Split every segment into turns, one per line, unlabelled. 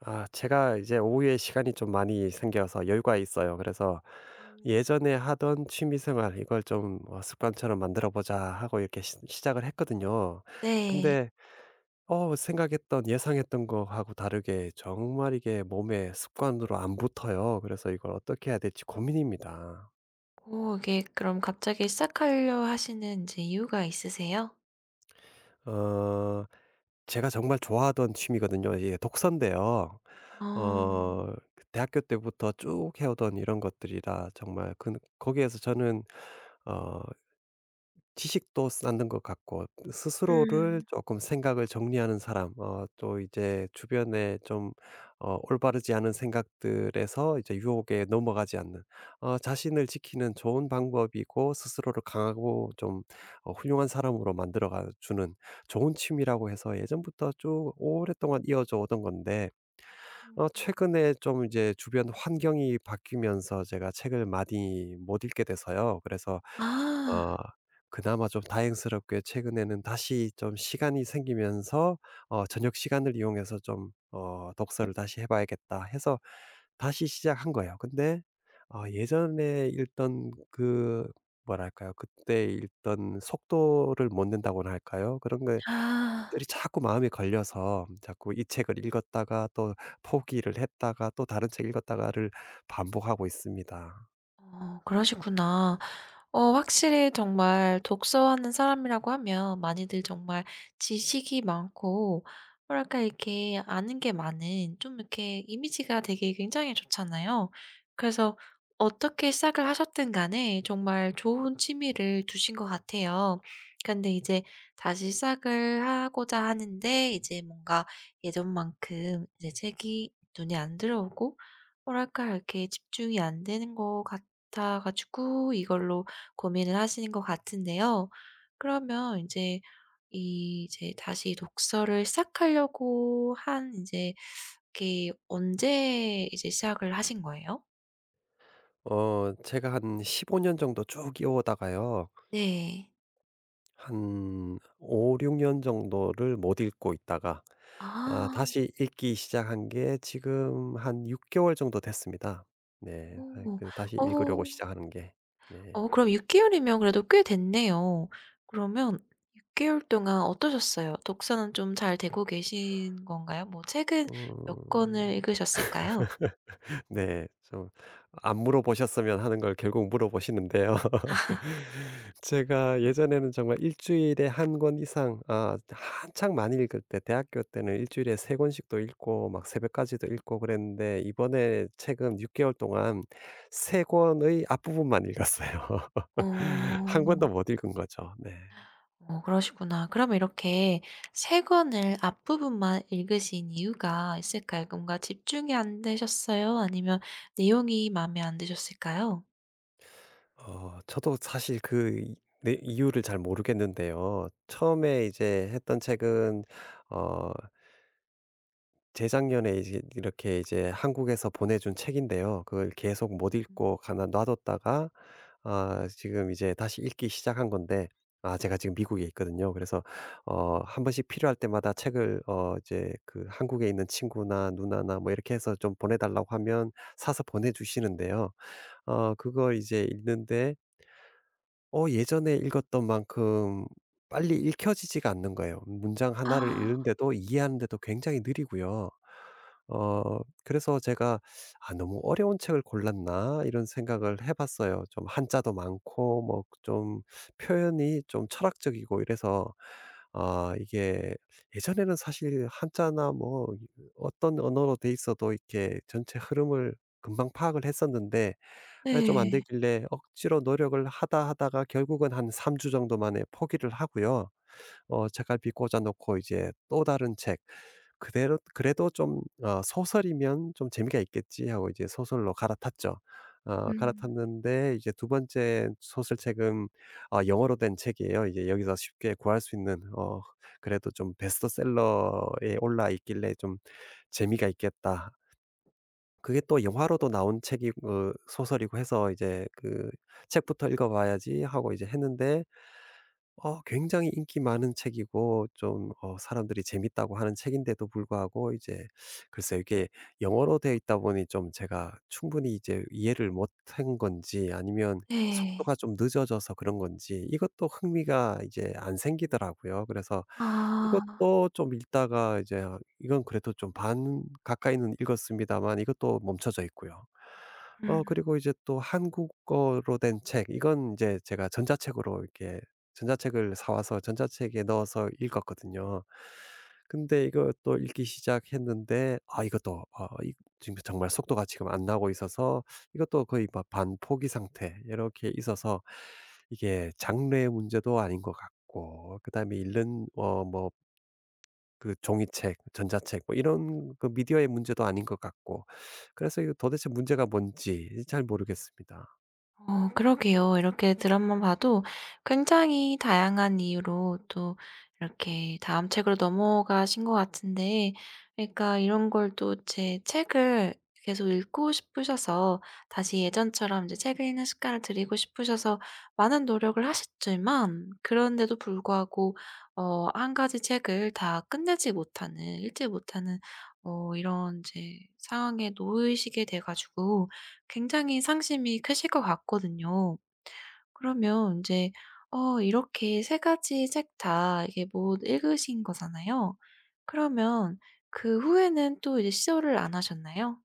제가 이제 오후에 시간이 좀 많이 생겨서 여유가 있어요. 그래서 예전에 하던 취미 생활 이걸 좀 '습관처럼 만들어 보자.' 하고 이렇게 시 시작을 했거든요.
네.
근데 생각했던 예상했던 거하고 다르게 정말 이게 몸에 습관으로 안 붙어요. 그래서 이걸 어떻게 해야 될지 고민입니다.
오, 이게 그럼 갑자기 시작하려 하시는 이제 이유가 있으세요?
어 제가 정말 좋아하던 취미거든요. 이게 독서인데요.
어.
어 그 대학교 때부터 쭉 해오던 이런 것들이라 정말 그 거기에서 저는 어 지식도 쌓는 것 같고, 스스로를
음.
조금 생각을 정리하는 사람, 또 이제 주변에 좀 올바르지 않은 생각들에서 이제 유혹에 넘어가지 않는, 자신을 지키는 좋은 방법이고, 스스로를 강하고 좀 훌륭한 사람으로 만들어 주는 좋은 취미라고 해서 예전부터 쭉 오랫동안 이어져 오던 건데 최근에 좀 이제 주변 환경이 바뀌면서 제가 책을 많이 못 읽게 돼서요. 그래서
아.
어 그나마 좀 다행스럽게 최근에는 다시 좀 시간이 생기면서 저녁 시간을 이용해서 좀 '독서를 다시 해 봐야겠다.' 해서 다시 시작한 거예요. 근데 예전에 읽던 그, 뭐랄까요? 그때 읽던 속도를 못 낸다고나 할까요? 그런 거
아.
들이 자꾸 마음에 걸려서 자꾸 이 책을 읽었다가 또 포기를 했다가 또 다른 책 읽었다가를 반복하고 있습니다.
어, 그러시구나. 어 확실히 정말 독서하는 사람이라고 하면 많이들 정말 지식이 많고 뭐랄까 이렇게 아는 게 많은 좀 이렇게 이미지가 되게 굉장히 좋잖아요. 그래서 어떻게 시작을 하셨든 간에 정말 좋은 취미를 두신 것 같아요. 근데 이제 다시 시작을 하고자 하는데 이제 뭔가 예전만큼 이제 책이 눈에 안 들어오고 뭐랄까 이렇게 집중이 안 되는 것 같아 가지고 이걸로 고민을 하시는 것 같은데요. 그러면 이제 이 이제 다시 독서를 시작하려고 한 이제 그게 언제 이제 시작을 하신 거예요?
제가 한 15년 정도 쭉 이어오다가요.
네.
한 5-6년 정도를 못 읽고 있다가
아.
다시 읽기 시작한 게 지금 한 6 개월 정도 됐습니다. 네. 아
오.
그 다시 읽으려고
어.
시작하는 게. 네.
어 그럼 6 개월이면 그래도 꽤 됐네요. 그러면 6 개월 동안 어떠셨어요? 독서는 좀 잘 되고 계신 건가요? 뭐 책은 몇 권을
음.
읽으셨을까요?
네. 좀 안 물어보셨으면 하는 걸 결국 물어보시는데요. 제가 예전에는 정말 일 주일에 한 권 이상, 아 한창 많이 읽을 때 대학교 때는 일 주일에 세 권씩도 읽고 막 새벽까지도 읽고 그랬는데, 이번에 최근 6 개월 동안 세 권의 앞부분만 읽었어요.
아.
한
어.
권도 못 읽은 거죠. 네.
어, 그러시구나. 그러면 이렇게 세 권을 앞부분만 읽으신 이유가 있을까요? 뭔가 집중이 안 되셨어요? 아니면 내용이 마음에 안 드셨을까요?
저도 사실 그 이 네 이유를 잘 모르겠는데요. 처음에 이제 했던 책은 어 재작년에 이제 이렇게 이제 한국에서 보내준 책인데요. 그걸 계속 못
음.
읽고 가나 놔뒀다가 지금 이제 다시 읽기 시작한 건데, 제가 지금 미국에 있거든요. 그래서 한 번씩 필요할 때마다 책을 이제 그 한국에 있는 친구나 누나나 뭐 이렇게 해서 좀 보내 달라고 하면 사서 보내 주시는데요. 그걸 이제 읽는데 예전에 읽었던 만큼 빨리 읽혀지지가 않는 거예요. 문장 하나를
아
읽는데도, 이해하는데도 굉장히 느리고요. 어 그래서 제가 '아 너무 어려운 책을 골랐나?' 이런 생각을 해 봤어요. 좀 한자도 많고, 뭐 좀 표현이 좀 철학적이고 이래서, 아 이게 예전에는 사실 한자나 뭐 어떤 언어로 돼 있어도 이렇게 전체 흐름을 금방 파악을 했었는데 예, 좀 안
네.
되길래 억지로 노력을 하다 하다가 결국은 한 3주 정도 만에 포기를 하고요. 책갈피 꽂아 놓고 이제 또 다른 책 그대로, 그래도 좀 '소설이면 좀 재미가 있겠지.' 하고 이제 소설로 갈아탔죠.
음
갈아탔는데, 이제 두 번째 소설책은 영어로 된 책이에요. 이제 여기서 쉽게 구할 수 있는, 그래도 좀 베스트셀러에 올라 있길래 좀 '재미가 있겠다.' 그게 또 영화로도 나온 책이 소설이고 해서 이제 그 '책부터 읽어 봐야지.' 하고 이제 했는데 굉장히 인기 많은 책이고 좀 사람들이 재밌다고 하는 책인데도 불구하고, 이제 글쎄요. 이게 영어로 되어 있다 보니 좀 제가 충분히 이제 이해를 못 한 건지, 아니면
네.
속도가 좀 늦어져서 그런 건지, 이것도 흥미가 이제 안 생기더라고요. 그래서
아.
이것도 좀 읽다가 이제, 아 이건 그래도 좀 반 가까이는 읽었습니다만 이것도 멈춰져 있고요.
음.
그리고 이제 또 한국어로 된 책, 이건 이제 제가 전자책으로 이렇게 전자책을 사 와서 전자책에 넣어서 읽었거든요. 근데 이것도 읽기 시작했는데 이것도 이 지금 정말 속도가 지금 안 나고 있어서 이것도 거의 막 반포기 상태 이렇게 있어서 이게 장르의 문제도 아닌 것 같고, 그다음에 읽는 뭐 그 종이책, 전자책 뭐 이런 그 미디어의 문제도 아닌 것 같고, 그래서 이거 도대체 문제가 뭔지 잘 모르겠습니다.
어 그러게요. 이렇게 드라마 봐도 굉장히 다양한 이유로 또 이렇게 다음 책으로 넘어가신 것 같은데, 그러니까 이런 걸 또 제 책을 계속 읽고 싶으셔서 다시 예전처럼 이제 책을 읽는 습관을 들이고 싶으셔서 많은 노력을 하셨지만, 그런데도 불구하고 어 한 가지 책을 다 끝내지 못하는 읽지 못하는 어 이런 이제 상황에 놓이시게 돼 가지고 굉장히 상심이 크실 것 같거든요. 그러면 인제 어 이렇게 세 가지 책 다 이게 못 읽으신 거잖아요. 그러면 그 후에는 또 이제 시도를 안 하셨나요?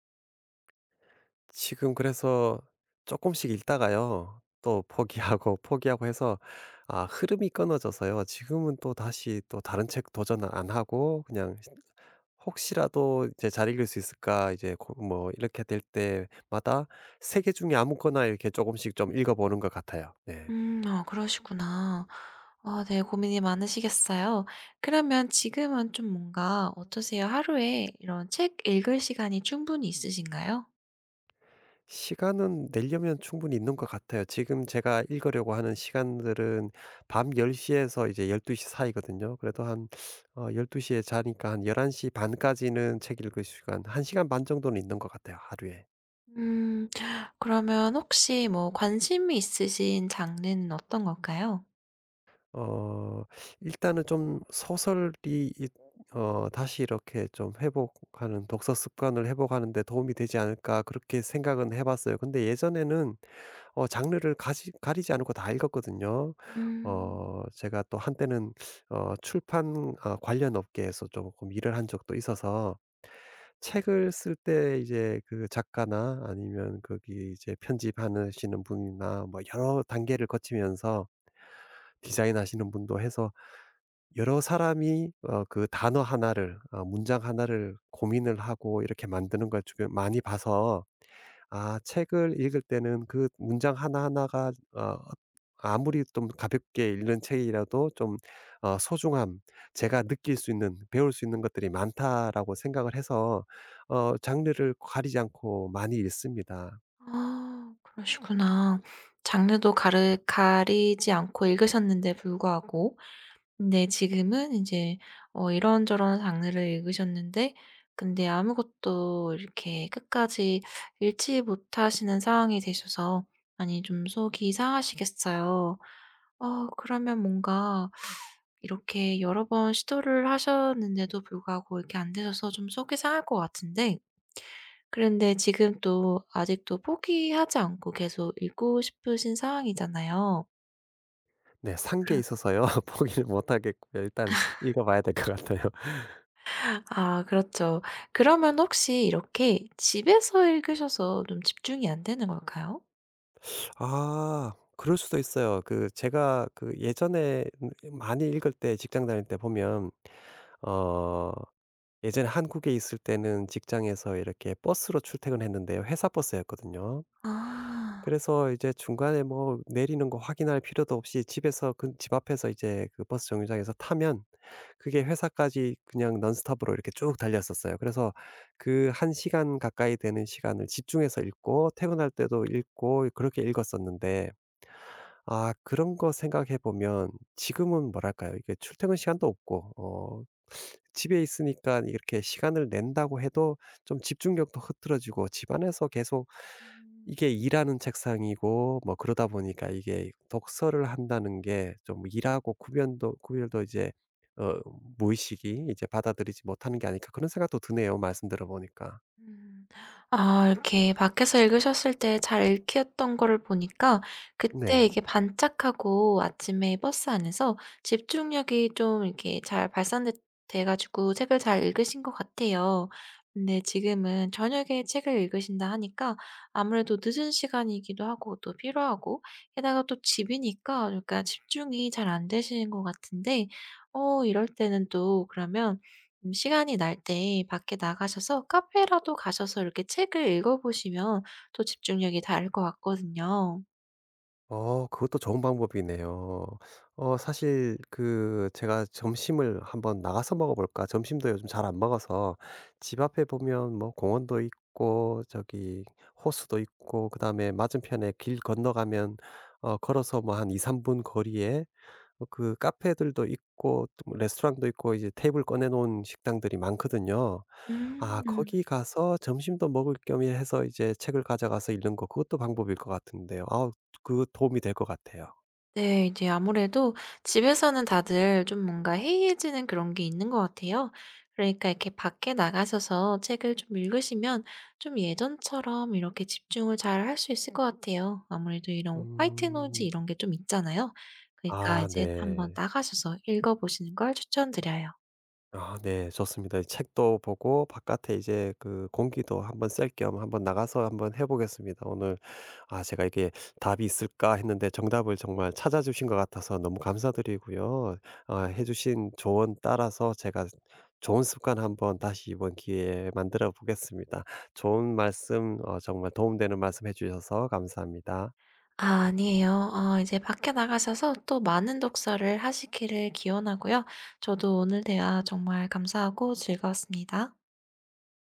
지금 그래서 조금씩 읽다가요. 또 포기하고, 포기하고 해서 흐름이 끊어져서요. 지금은 또 다시 또 다른 책 도전 안 하고 그냥 시 혹시라도 이제 '잘 읽을 수 있을까?' 이제 고 뭐 이렇게 될 때마다 3개 중에 아무거나 이렇게 조금씩 좀 읽어 보는 것 같아요. 네.
아 그러시구나. 아 네 고민이 많으시겠어요. 그러면 지금은 좀 뭔가 어떠세요? 하루에 이런 책 읽을 시간이 충분히 있으신가요?
시간은 내려면 충분히 있는 것 같아요. 지금 제가 읽으려고 하는 시간들은 밤 10시 에서 이제 12시 사이거든요. 그래도 한 12시에 자니까 한 11시 반 까지는 책 읽을 시간 1시간 반 정도는 있는 것 같아요, 하루에.
음 그러면 혹시 뭐 관심이 있으신 장르는 어떤 걸까요?
어 일단은 좀 소설이 이 '다시 이렇게 좀 회복하는, 독서 습관을 회복하는 데 도움이 되지 않을까.' 그렇게 생각은 해 봤어요. 근데 예전에는 장르를 가지 가리지 않고 다 읽었거든요.
음.
제가 또 한때는 출판 관련 업계에서 조금 일을 한 적도 있어서 책을 쓸 때 이제 그 작가나, 아니면 거기 이제 편집하시는 분이나, 뭐 여러 단계를 거치면서 디자인하시는 분도 해서 여러 사람이 그 단어 하나를, 문장 하나를 고민을 하고 이렇게 만드는 걸 주변 많이 봐서 책을 읽을 때는 그 문장 하나하나가 아무리 좀 가볍게 읽는 책이라도 좀 소중함, 제가 느낄 수 있는, 배울 수 있는 것들이 많다라고 생각을 해서 장르를 가리지 않고 많이 읽습니다.
아 그러시구나. 장르도 가르 가리지 않고 읽으셨는데 불구하고 근데 지금은 이제 어 이런저런 장르를 읽으셨는데 근데 아무것도 이렇게 끝까지 읽지 못하시는 상황이 되셔서 많이 좀 속이 상하시겠어요. 어 그러면 뭔가 이렇게 여러 번 시도를 하셨는데도 불구하고 이렇게 안 되셔서 좀 속이 상할 것 같은데 그런데 지금 또 아직도 포기하지 않고 계속 읽고 싶으신 상황이잖아요.
네. 산 게 있어서요. 포기를 못 하겠고요. 일단 읽어 봐야 될 것 같아요.
아 그렇죠. 그러면 혹시 이렇게 집에서 읽으셔서 좀 집중이 안 되는 걸까요?
그럴 수도 있어요. 그 제가 그 예전에 많이 읽을 때 직장 다닐 때 보면, 어 예전에 한국에 있을 때는 직장에서 이렇게 버스로 출퇴근했는데요. 회사 버스였거든요.
아.
그래서 이제 중간에 뭐 내리는 거 확인할 필요도 없이 집에서 그 집 앞에서 이제 그 버스 정류장에서 타면 그게 회사까지 그냥 넌스톱으로 이렇게 쭉 달렸었어요. 그래서 그 한 시간 가까이 되는 시간을 집중해서 읽고, 퇴근할 때도 읽고 그렇게 읽었었는데 그런 거 생각해 보면 지금은 뭐랄까요? 이게 출퇴근 시간도 없고 집에 있으니까 이렇게 시간을 낸다고 해도 좀 집중력도 흐트러지고 집안에서 계속 이게 일하는 책상이고 뭐 그러다 보니까 이게 독서를 한다는 게 좀 일하고 구별도 이제 어 무의식이 이제 받아들이지 못하는 게 아닐까 그런 생각도 드네요. 말씀 들어 보니까.
음. 아 이렇게 밖에서 읽으셨을 때 잘 읽혔던 거를 보니까 그때
네.
이게 반짝하고 아침에 버스 안에서 집중력이 좀 이렇게 잘 발산돼 가지고 책을 잘 읽으신 것 같아요. 근데 지금은 저녁에 책을 읽으신다 하니까 아무래도 늦은 시간이기도 하고 또 피로하고 게다가 또 집이니까 그러니까 집중이 잘 안 되시는 것 같은데 어 이럴 때는 또 그러면 시간이 날 때 밖에 나가셔서 카페라도 가셔서 이렇게 책을 읽어보시면 또 집중력이 다를 것 같거든요.
그것도 좋은 방법이네요. 사실 그 제가 '점심을 한번 나가서 먹어 볼까.' 점심도 요즘 잘 안 먹어서, 집 앞에 보면 뭐 공원도 있고 저기 호수도 있고 그다음에 맞은편에 길 건너가면 걸어서 뭐 한 2-3분 거리에 그 카페들도 있고 또뭐 레스토랑도 있고 이제 테이블 꺼내 놓은 식당들이 많거든요.
음.
거기 가서 점심도 먹을 겸 해서 이제 책을 가져가서 읽는 거, 그것도 방법일 것 같은데요. 아우 그 도움이 될 것 같아요.
네. 이제 아무래도 집에서는 다들 좀 뭔가 해이해지는 그런 게 있는 것 같아요. 그러니까 이렇게 밖에 나가셔서 책을 좀 읽으시면 좀 예전처럼 이렇게 집중을 잘 할 수 있을 것 같아요. 아무래도 이런 화이트 노이즈
음.
이런 게 좀 있잖아요. 그러니까
아
이제 한번
네.
나가셔서 읽어보시는 걸 추천드려요.
아 네. 좋습니다. 책도 보고 바깥에 이제 그 공기도 한번 쐴 겸 한번 나가서 한번 해 보겠습니다. 오늘, 제가 이게 '답이 있을까?' 했는데 정답을 정말 찾아 주신 것 같아서 너무 감사드리고요. 해 주신 조언 따라서 제가 좋은 습관 한번 다시 이번 기회에 만들어 보겠습니다. 좋은 말씀, 정말 도움되는 말씀 해 주셔서 감사합니다.
아 아니에요. 어 이제 밖에 나가셔서 또 많은 독서를 하시기를 기원하고요. 저도 오늘 대화 정말 감사하고 즐거웠습니다.